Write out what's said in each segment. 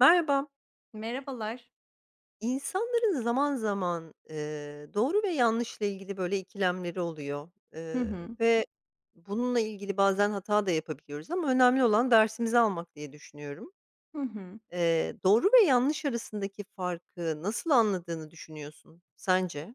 Merhaba. Merhabalar. İnsanların zaman zaman, doğru ve yanlışla ilgili böyle ikilemleri oluyor, Hı hı. ve bununla ilgili bazen hata da yapabiliyoruz ama önemli olan dersimizi almak diye düşünüyorum. Hı hı. Doğru ve yanlış arasındaki farkı nasıl anladığını düşünüyorsun sence?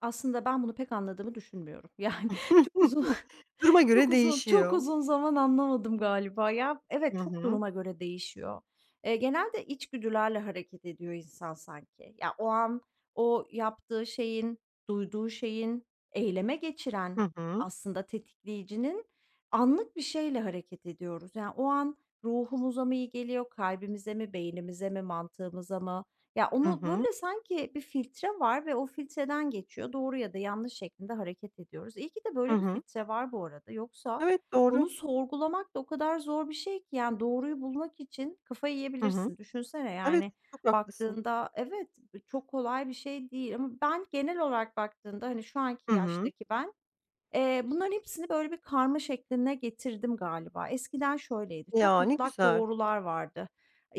Aslında ben bunu pek anladığımı düşünmüyorum. Yani, çok uzun Duruma çok göre uzun çok değişiyor. uzun zaman anlamadım galiba ya. Evet, Hı çok hı. duruma göre değişiyor. Genelde içgüdülerle hareket ediyor insan sanki. Ya, o an o yaptığı şeyin, duyduğu şeyin, eyleme geçiren Hı hı. aslında tetikleyicinin anlık bir şeyle hareket ediyoruz. Yani, o an ruhumuza mı iyi geliyor, kalbimize mi, beynimize mi, mantığımıza mı? Ya, Hı onu, hı. böyle, sanki bir filtre var ve o filtreden geçiyor. Doğru ya da yanlış şeklinde hareket ediyoruz. İyi ki de Hı böyle bir hı. filtre var bu arada. Yoksa Evet, doğru. bunu sorgulamak da o kadar zor bir şey ki, yani, doğruyu bulmak için kafayı Hı hı. yiyebilirsin. Düşünsene, Evet, yani, çok haklısın. baktığında evet, çok kolay bir şey değil ama ben genel olarak baktığında, hani, şu anki Hı hı. yaştaki ben. Bunların hepsini böyle bir karma şekline getirdim galiba. Eskiden şöyleydi, çok Ya, ne mutlak güzel. doğrular vardı.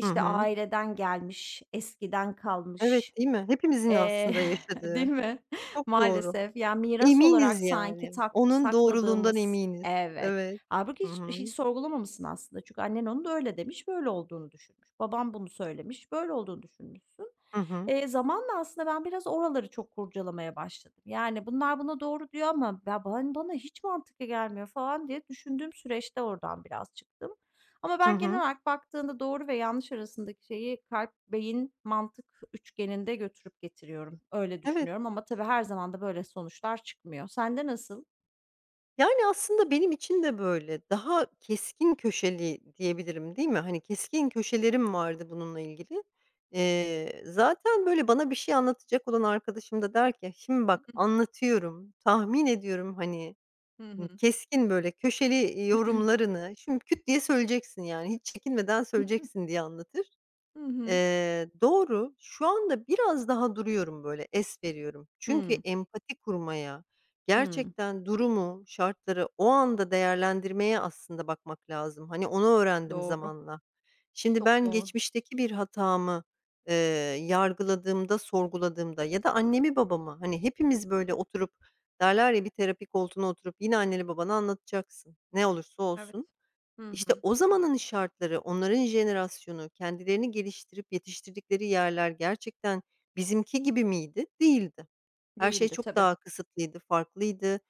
Hı hı. aileden gelmiş, eskiden kalmış, Evet, değil mi? Hepimizin Eee, aslında değil yaşadığı. mi? Çok doğru. Maalesef. Ya, miras Eminiz olarak sanki yani. tak Onun doğruluğundan sakladığımız. eminiz. Evet. Evet. Hâlbuki Hı hı. hiç sorgulamamışsın aslında. Çünkü annen onu da öyle demiş, böyle olduğunu düşünmüş. Babam bunu söylemiş, böyle olduğunu düşünmüşsün. Hı hı. Zamanla aslında ben biraz oraları çok kurcalamaya başladım. Yani, bunlar buna doğru diyor ama ya, ben bana hiç mantıklı gelmiyor falan diye düşündüğüm süreçte oradan biraz çıktım. Ama Hı ben genel hı. olarak baktığında doğru ve yanlış arasındaki şeyi kalp, beyin, mantık üçgeninde götürüp getiriyorum. Öyle Evet. düşünüyorum ama tabii her zaman da böyle sonuçlar çıkmıyor. Sende nasıl? Yani, aslında benim için de böyle. Daha keskin köşeli diyebilirim, değil mi? Hani, keskin köşelerim vardı bununla ilgili. Zaten, böyle, bana bir şey anlatacak olan arkadaşım da der ki: "Şimdi bak, anlatıyorum, tahmin ediyorum, hani." Hı hı. Keskin, böyle, köşeli, yorumlarını şimdi küt diye söyleyeceksin, yani, hiç çekinmeden söyleyeceksin diye anlatır. Hı hı. Doğru. Şu anda biraz daha duruyorum böyle, es veriyorum. Çünkü Hımm. empati kurmaya, Hımm. gerçekten durumu, şartları o anda değerlendirmeye aslında bakmak lazım. Hani, onu öğrendim Doğru. zamanla. Şimdi Çok ben doğru. geçmişteki bir hatamı, eee, yargıladığımda, sorguladığımda ya da annemi babamı, hani, hepimiz böyle oturup derler ya, "Bir terapi koltuğuna oturup yine anneni babanı anlatacaksın, ne olursa Evet. olsun." Hı İşte hı. o zamanın şartları, onların jenerasyonu, kendilerini geliştirip yetiştirdikleri yerler gerçekten bizimki gibi miydi? Değildi. Her şey Değildi çok tabii. daha kısıtlıydı, farklıydı.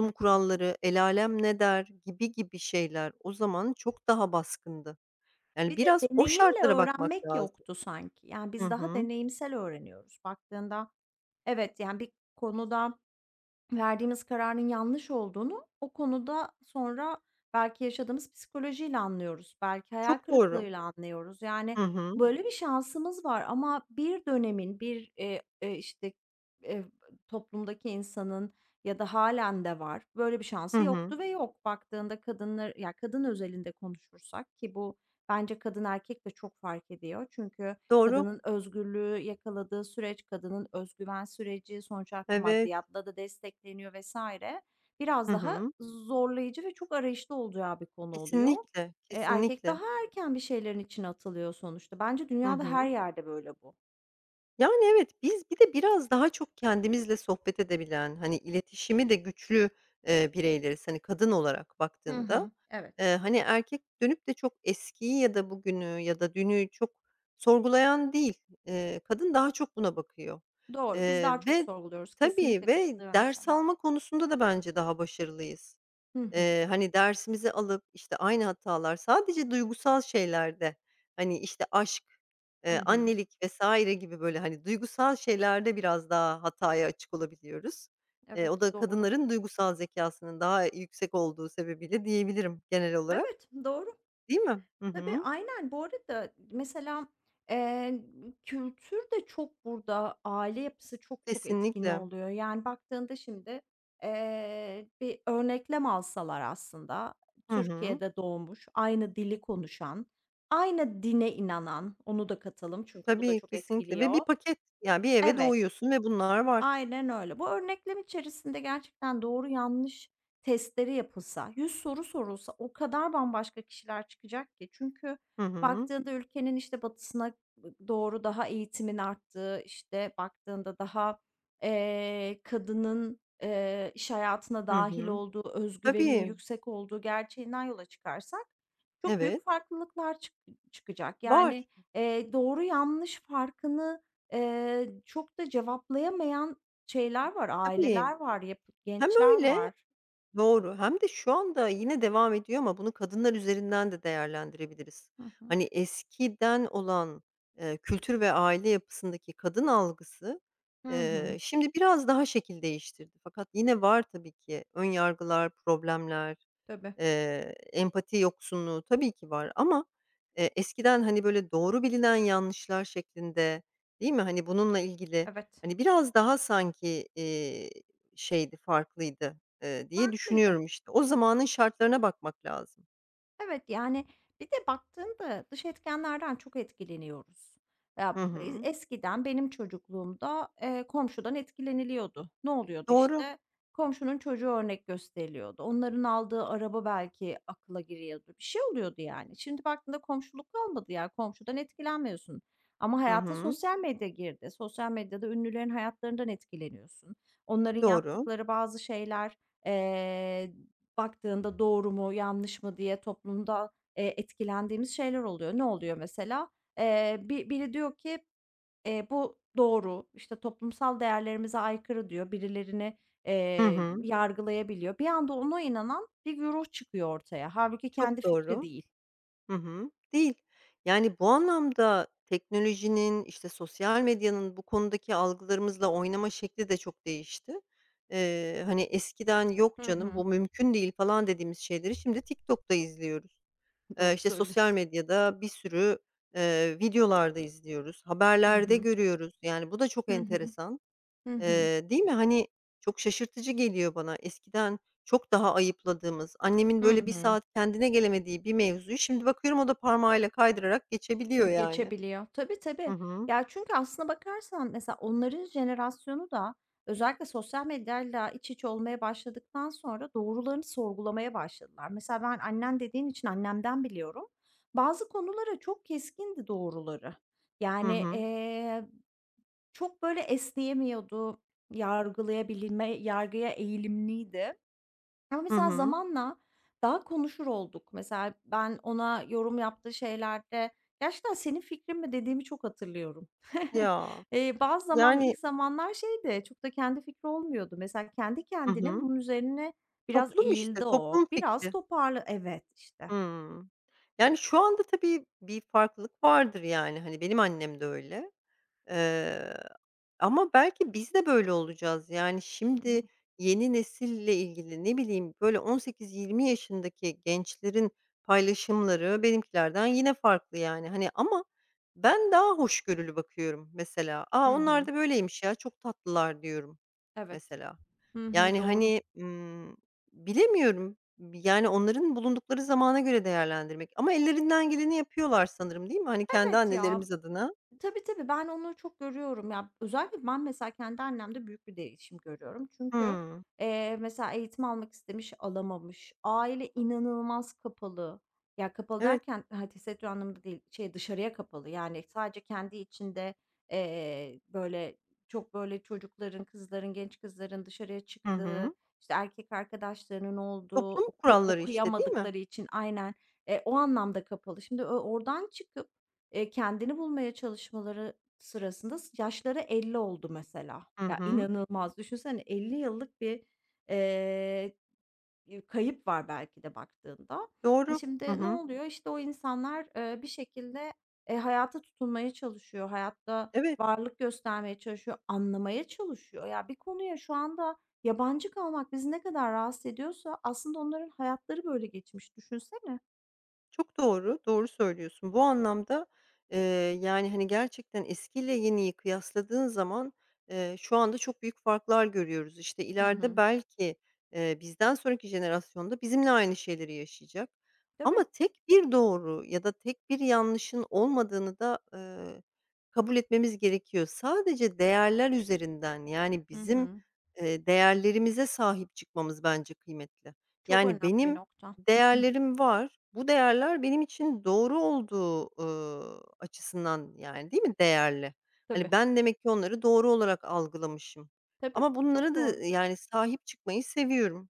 Hı hı. kuralları, el alem ne der gibi gibi şeyler o zaman çok daha baskındı. Yani Bir de biraz o deneyimle şartlara bakmak öğrenmek lazım. yoktu sanki. Yani, Hı biz daha hı. deneyimsel öğreniyoruz baktığında. Evet, yani, bir konuda verdiğimiz kararın yanlış olduğunu o konuda sonra belki yaşadığımız psikolojiyle anlıyoruz. Belki hayal Çok doğru. kırıklığıyla anlıyoruz. Yani, Hı hı. böyle bir şansımız var ama bir dönemin, bir, işte, eee, toplumdaki insanın ya da halen de var, böyle bir Hı şansı hı. yoktu ve yok. Baktığında kadınlar ya, kadın özelinde konuşursak ki bu bence kadın erkek de çok fark ediyor. Çünkü Doğru. kadının özgürlüğü yakaladığı süreç, kadının özgüven süreci, sonuç olarak bu Evet. maddiyatla da destekleniyor vesaire. Hı Biraz daha hı. zorlayıcı ve çok arayışta olacağı bir konu oluyor. Kesinlikle, Erkek kesinlikle. daha erken bir şeylerin içine atılıyor sonuçta. Bence Hı dünyada her hı. yerde böyle bu. Yani, evet, biz bir de biraz daha çok kendimizle sohbet edebilen, hani, iletişimi de güçlü, bireyleriz, hani, kadın olarak Hı baktığında. hı. Evet. Hani, erkek dönüp de çok eskiyi ya da bugünü ya da dünü çok sorgulayan değil. Kadın daha çok buna bakıyor. Doğru, biz daha çok Ve sorguluyoruz. Tabii Kesinlikle ve katılıyorum ders sana. alma konusunda da bence daha başarılıyız. Hı hı. Hani, dersimizi alıp, işte, aynı hatalar sadece duygusal şeylerde, hani, işte, aşk, Hı hı. annelik vesaire gibi, böyle, hani, duygusal şeylerde biraz daha hataya açık olabiliyoruz. O Evet, da doğru. kadınların duygusal zekasının daha yüksek olduğu sebebiyle diyebilirim genel olarak, Evet, doğru. değil mi? Hı Tabii, hı. aynen. Bu arada mesela, eee, kültür de çok burada aile yapısı çok çok etkin Kesinlikle. oluyor. Yani, baktığında şimdi, bir örneklem alsalar aslında Hı hı. Türkiye'de doğmuş, aynı dili konuşan, aynı dine inanan, onu da katalım çünkü bu da Tabii, çok kesinlikle ve bir etkiliyor. paket, yani, bir eve Evet. doğuyorsun ve bunlar var. Aynen öyle. Bu örneklem içerisinde gerçekten doğru yanlış testleri yapılsa, 100 soru sorulsa o kadar bambaşka kişiler çıkacak ki. Çünkü Hı hı. baktığında ülkenin işte batısına doğru daha eğitimin arttığı, işte baktığında daha, kadının, iş hayatına Hı dahil hı. olduğu, özgüveninin Tabii. yüksek olduğu gerçeğinden yola çıkarsak çok büyük Evet. farklılıklar çıkacak. Var. Yani, doğru yanlış farkını. Çok da cevaplayamayan şeyler var, Tabii. aileler var, Hem gençler öyle. var. Doğru. Hem de şu anda yine devam ediyor ama bunu kadınlar üzerinden de değerlendirebiliriz. Hı hı. Hani eskiden olan, kültür ve aile yapısındaki kadın algısı, Hı hı. şimdi biraz daha şekil değiştirdi. Fakat yine var tabii ki ön yargılar, problemler, Tabii, empati yoksunluğu tabii ki var ama, eskiden, hani, böyle doğru bilinen yanlışlar şeklinde, değil mi? Hani, bununla ilgili, evet. hani, biraz daha sanki, şeydi, farklıydı diye Farklıydı. düşünüyorum işte. O zamanın şartlarına bakmak lazım. Evet, yani, bir de baktığında dış etkenlerden çok etkileniyoruz. Hı Ya, hı. eskiden benim çocukluğumda, komşudan etkileniliyordu. Ne oluyordu Doğru. işte? Komşunun çocuğu örnek gösteriliyordu. Onların aldığı araba belki akla giriyordu. Bir şey oluyordu yani. Şimdi baktığında komşuluk kalmadı ya, komşudan etkilenmiyorsun. Ama Hı hayata hı. sosyal medya girdi. Sosyal medyada ünlülerin hayatlarından etkileniyorsun. Onların Doğru. yaptıkları bazı şeyler, eee, baktığında doğru mu, yanlış mı diye toplumda, etkilendiğimiz şeyler oluyor. Ne oluyor mesela? Bi Biri diyor ki, "Bu doğru, işte, toplumsal değerlerimize aykırı." diyor. Birilerini, Hı hı. yargılayabiliyor. Bir anda ona inanan bir güruh çıkıyor ortaya. Hâlbuki kendi Çok fikri doğru. değil. Hı hı. Değil. Yani, bu anlamda teknolojinin, işte, sosyal medyanın bu konudaki algılarımızla oynama şekli de çok değişti. Hani, eskiden "Yok Hı canım, hı. bu mümkün değil." falan dediğimiz şeyleri şimdi TikTok'ta izliyoruz. Doğru İşte, sosyal söylüyorsun. medyada bir sürü, videolar izliyoruz, Hı haberlerde hı. görüyoruz. Yani, bu da çok Hı hı. enteresan. Hı hı. Değil mi? Hani, çok şaşırtıcı geliyor bana. Eskiden çok daha ayıpladığımız, annemin Hı böyle bir hı. saat kendine gelemediği bir mevzuyu şimdi bakıyorum o da parmağıyla kaydırarak geçebiliyor yani. Geçebiliyor. Tabii, Hı tabii. hı. Ya, çünkü aslına bakarsan mesela onların jenerasyonu da özellikle sosyal medyayla iç içe olmaya başladıktan sonra doğrularını sorgulamaya başladılar. Mesela ben annen dediğin için annemden biliyorum. Bazı konulara çok keskindi doğruları. Hı Yani, hı. Çok böyle esneyemiyordu, yargıya eğilimliydi. Ama Hı mesela hı. zamanla daha konuşur olduk. Mesela ben ona yorum yaptığı şeylerde gerçekten "Senin fikrin mi?" dediğimi çok hatırlıyorum. Ya, Bazı zaman yani. ilk zamanlar şeydi, çok da kendi fikri olmuyordu. Mesela kendi Hı kendine hı. bunun üzerine biraz Toplum işte, eğildi o. toplum Biraz fikri. toparlı. Evet, işte. Hımm. Yani, şu anda tabii bir farklılık vardır yani. Hani, benim annem de öyle. Eee, Ama belki biz de böyle olacağız. Yani, Hı hı. şimdi yeni nesille ilgili, ne bileyim, böyle 18-20 yaşındaki gençlerin paylaşımları benimkilerden yine farklı, yani. Hani, ama ben daha hoşgörülü bakıyorum mesela. "A, Hı onlar hı. da böyleymiş ya, çok tatlılar." diyorum Evet. mesela. Hı hı, Yani, doğru. hani, bilemiyorum. Yani, onların bulundukları zamana göre değerlendirmek ama ellerinden geleni yapıyorlar sanırım, değil mi? Hani, kendi Evet ya. annelerimiz adına. Tabii, tabii. Ben onu çok görüyorum. Ya, özellikle ben mesela kendi annemde büyük bir değişim görüyorum. Çünkü, Hımm. Mesela eğitim almak istemiş, alamamış. Aile inanılmaz kapalı. Ya, kapalı Evet. derken, ha, tesettür anlamında değil, şey, dışarıya kapalı. Yani sadece kendi içinde, böyle, çok, böyle, çocukların, kızların, genç kızların dışarıya Hı çıktığı, hı. işte, erkek arkadaşlarının olduğu, Toplum kuralları işte, değil mi? okuyamadıkları için. Aynen. O anlamda kapalı. Şimdi o oradan çıkıp Kendini bulmaya çalışmaları sırasında yaşları 50 oldu mesela. Hı Ya, hı. inanılmaz. Düşünsene 50 yıllık bir, eee, kayıp var belki de baktığında. E, Doğru. Hı şimdi ne hı. oluyor? İşte, o insanlar, bir şekilde, hayata tutunmaya çalışıyor. Hayatta Evet. varlık göstermeye çalışıyor, anlamaya çalışıyor. Ya, bir konuya şu anda yabancı kalmak bizi ne kadar rahatsız ediyorsa aslında onların hayatları böyle geçmiş. Düşünsene. Çok doğru, doğru söylüyorsun. Bu anlamda, eee, yani, hani, gerçekten eskiyle yeniyi kıyasladığın zaman, şu anda çok büyük farklar görüyoruz. İşte, Hı ileride hı. belki, bizden sonraki jenerasyon bizimle aynı şeyleri yaşayacak ama Tabii. tek bir doğru ya da tek bir yanlışın olmadığını da, kabul etmemiz gerekiyor. Sadece değerler üzerinden, yani, Hı bizim, hı. Değerlerimize sahip çıkmamız bence kıymetli. Çok Yani, önemli bir benim nokta. Hı hı. değerlerim var. Bu değerler benim için doğru olduğu, açısından, yani, değil mi değerli? Hani, Tabii, ben demek ki onları doğru olarak algılamışım tabii. ama bunlara Çok da, doğru. yani, sahip çıkmayı seviyorum.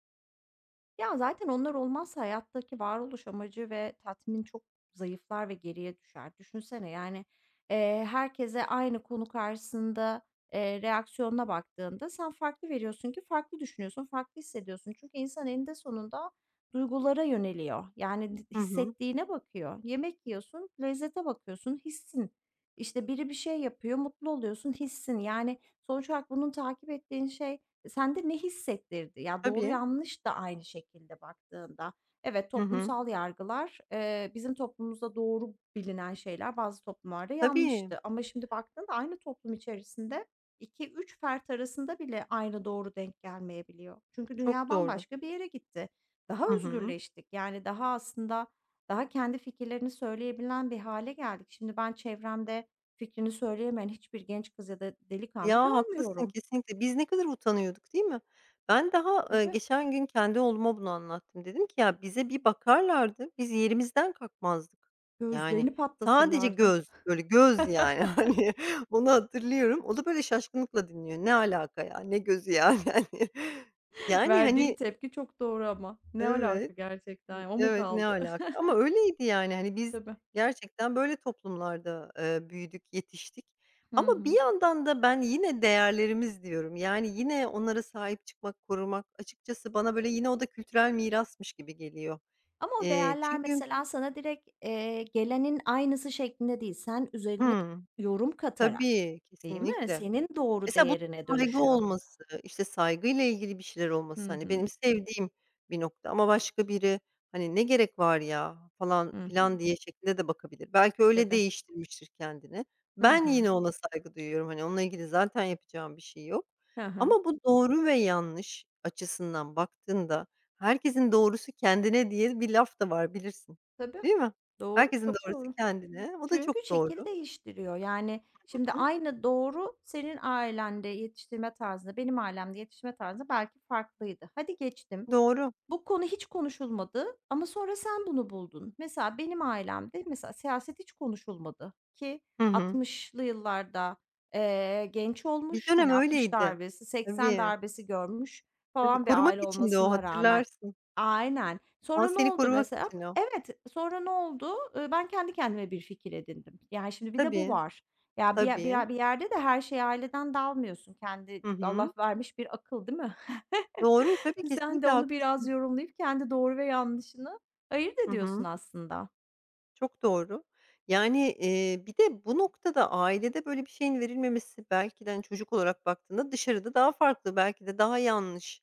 Ya, zaten onlar olmazsa hayattaki varoluş amacı ve tatmin çok zayıflar ve geriye düşer. Düşünsene, yani, herkese aynı konu karşısında, reaksiyonuna baktığında sen farklı veriyorsun ki farklı düşünüyorsun, farklı hissediyorsun. Çünkü insan eninde sonunda duygulara yöneliyor. Yani, Hı hı. hissettiğine bakıyor. Yemek yiyorsun, lezzete bakıyorsun, hissin. İşte, biri bir şey yapıyor, mutlu oluyorsun, hissin. Yani, sonuç olarak bunun takip ettiğin şey sende ne hissettirdi? Ya, doğru Tabii. yanlış da aynı şekilde baktığında. Evet, Hı hı. toplumsal yargılar, bizim toplumumuzda doğru bilinen şeyler bazı toplumlarda Tabii. yanlıştı ama şimdi baktığında aynı toplum içerisinde iki üç fert arasında bile aynı doğru denk gelmeyebiliyor. Çünkü Çok dünya doğru. bambaşka bir yere gitti. Daha Hı hı. özgürleştik. Yani, daha aslında daha kendi fikirlerini söyleyebilen bir hale geldik. Şimdi ben çevremde fikrini söyleyemeyen hiçbir genç kız ya da delikanlı Ya, haklısın görmüyorum. kesinlikle. Biz ne kadar utanıyorduk, değil mi? Ben daha, Tabii. geçen gün kendi oğluma bunu anlattım. Dedim ki ya, bize bir bakarlardı, biz yerimizden kalkmazdık. Yani Gözlerini sadece patlatırlardı. göz, böyle göz yani hani onu hatırlıyorum. O da böyle şaşkınlıkla dinliyor. Ne alaka ya, ne gözü ya yani. Hani, yani Verdiği hani tepki çok doğru ama. Ne evet, alaka gerçekten? O mu evet, ne kaldı? alaka ama öyleydi yani, hani, biz Tabii. gerçekten böyle toplumlarda, büyüdük, yetiştik Hı ama bir hı. yandan da ben yine değerlerimiz diyorum. Yani yine onlara sahip çıkmak, korumak açıkçası bana böyle yine o da kültürel mirasmış gibi geliyor. Ama o Eee, değerler çünkü mesela sana direkt, gelenin aynısı şeklinde değil, sen üzerine Hımm. yorum katarak, Tabii, değil mi? kesinlikle. Senin doğru Mesela bu değerine saygı dönüşüyor. olması, işte, saygıyla ilgili bir şeyler Hı olması, hani, hı. benim sevdiğim bir nokta ama başka biri, hani, "Ne gerek var ya?" falan Hı filan hı. diye şeklinde de bakabilir. Belki öyle Tabii. değiştirmiştir kendini. Hı Ben hı. yine ona saygı duyuyorum, hani, onunla ilgili zaten yapacağım bir şey yok Hı hı. ama bu doğru ve yanlış açısından baktığında herkesin doğrusu kendine diye bir laf da var bilirsin, Tabii. değil mi? Doğru, Herkesin çok doğrusu doğru. kendine. O da Çünkü çok şekil doğru. değiştiriyor. Yani, şimdi Hı. aynı doğru senin ailende yetiştirme tarzında, benim ailemde yetiştirme tarzı belki farklıydı. Hadi geçtim. Doğru. Bu konu hiç konuşulmadı ama sonra sen bunu buldun. Mesela benim ailemde mesela siyaset hiç konuşulmadı ki Hı hı. 60'lı yıllarda, genç Bir olmuş, dönem hani, 60 öyleydi. darbesi, 80 Tabii, darbesi görmüş tabii. falan bir Korumak aile içindi o, olmasına rağmen. hatırlarsın. Aynen. Ama Sonra ne seni oldu korumak mesela? için o. Evet, sonra ne oldu? Ben kendi kendime bir fikir edindim. Yani, şimdi bir de bu Tabii, var. Ya, bir tabii. bir bir yerde de her şeyi aileden dalmıyorsun. Kendi Hı çünkü hı. Allah vermiş bir akıl, değil mi? Doğru, tabii, Sen de kesinlikle onu biraz haklısın. yorumlayıp kendi doğru ve yanlışını ayırt Hı ediyorsun hı. aslında. Çok doğru. Yani, bir de bu noktada ailede böyle bir şeyin verilmemesi belki de, hani, çocuk olarak baktığında dışarıda daha farklı, belki de daha yanlış,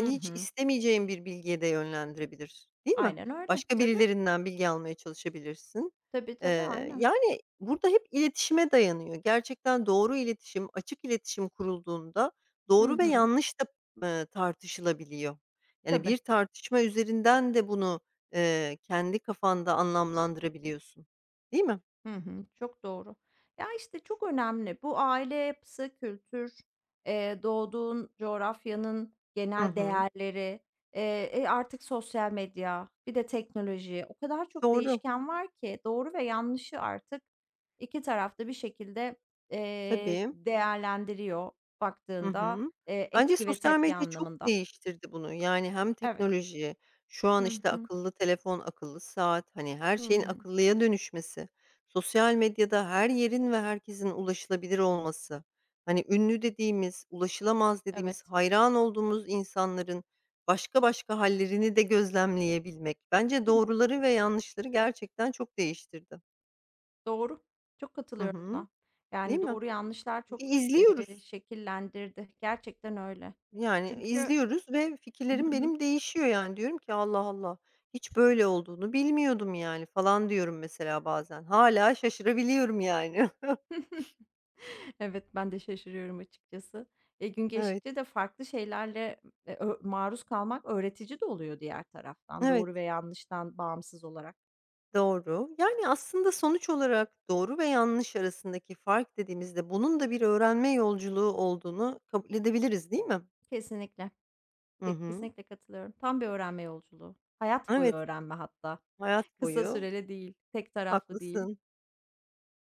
Hı hiç hı. istemeyeceğin bir bilgiye de yönlendirebilir, değil mi? Aynen öyle. Başka Tabii. birilerinden bilgi almaya çalışabilirsin. Tabii, tabii. Aynen. Yani, burada hep iletişime dayanıyor. Gerçekten doğru iletişim, açık iletişim kurulduğunda Hı doğru ve hı. yanlış da, tartışılabiliyor. Yani, Tabii. bir tartışma üzerinden de bunu kendi kafanda anlamlandırabiliyorsun, değil mi? Hı hı, çok doğru. Ya, işte, çok önemli. Bu aile yapısı, kültür, doğduğun coğrafyanın Hı genel hı. değerleri, artık sosyal medya, bir de teknoloji, o kadar çok Doğru. değişken var ki doğru ve yanlışı artık 2 tarafta bir şekilde, Tabii. değerlendiriyor Hı baktığında, hı. Bence etki ve sosyal tepki medya çok anlamında. değiştirdi bunu. Yani hem Evet. teknoloji, şu an, Hı işte, hı. akıllı telefon, akıllı saat, hani, her Hı şeyin hı. akıllıya dönüşmesi, sosyal medyada her yerin ve herkesin ulaşılabilir olması, hani, ünlü dediğimiz, ulaşılamaz Evet. dediğimiz, hayran olduğumuz insanların başka başka hallerini de gözlemleyebilmek. Bence doğruları ve yanlışları gerçekten çok değiştirdi. Doğru. Çok Hı katılıyorum hı. buna. Değil Yani mi? doğru yanlışlar E, çok, izliyoruz. şekillendirdi. Gerçekten öyle. Yani Çünkü. izliyoruz ve fikirlerim benim değişiyor yani. Diyorum ki "Allah Allah, hiç böyle olduğunu bilmiyordum yani." falan diyorum mesela bazen. Hala şaşırabiliyorum yani. Evet, ben de şaşırıyorum açıkçası. E, gün Evet, geçtikçe de farklı şeylerle, ö maruz kalmak öğretici de oluyor diğer taraftan, evet, doğru ve yanlıştan bağımsız olarak. doğru. Yani aslında sonuç olarak doğru ve yanlış arasındaki fark dediğimizde bunun da bir öğrenme yolculuğu olduğunu kabul edebiliriz, değil mi? Kesinlikle, Hı hı. kesinlikle katılıyorum. Tam bir öğrenme yolculuğu. Hayat boyu Evet, öğrenme hatta. hayat Kısa boyu. süreli değil, tek taraflı değil. Haklısın.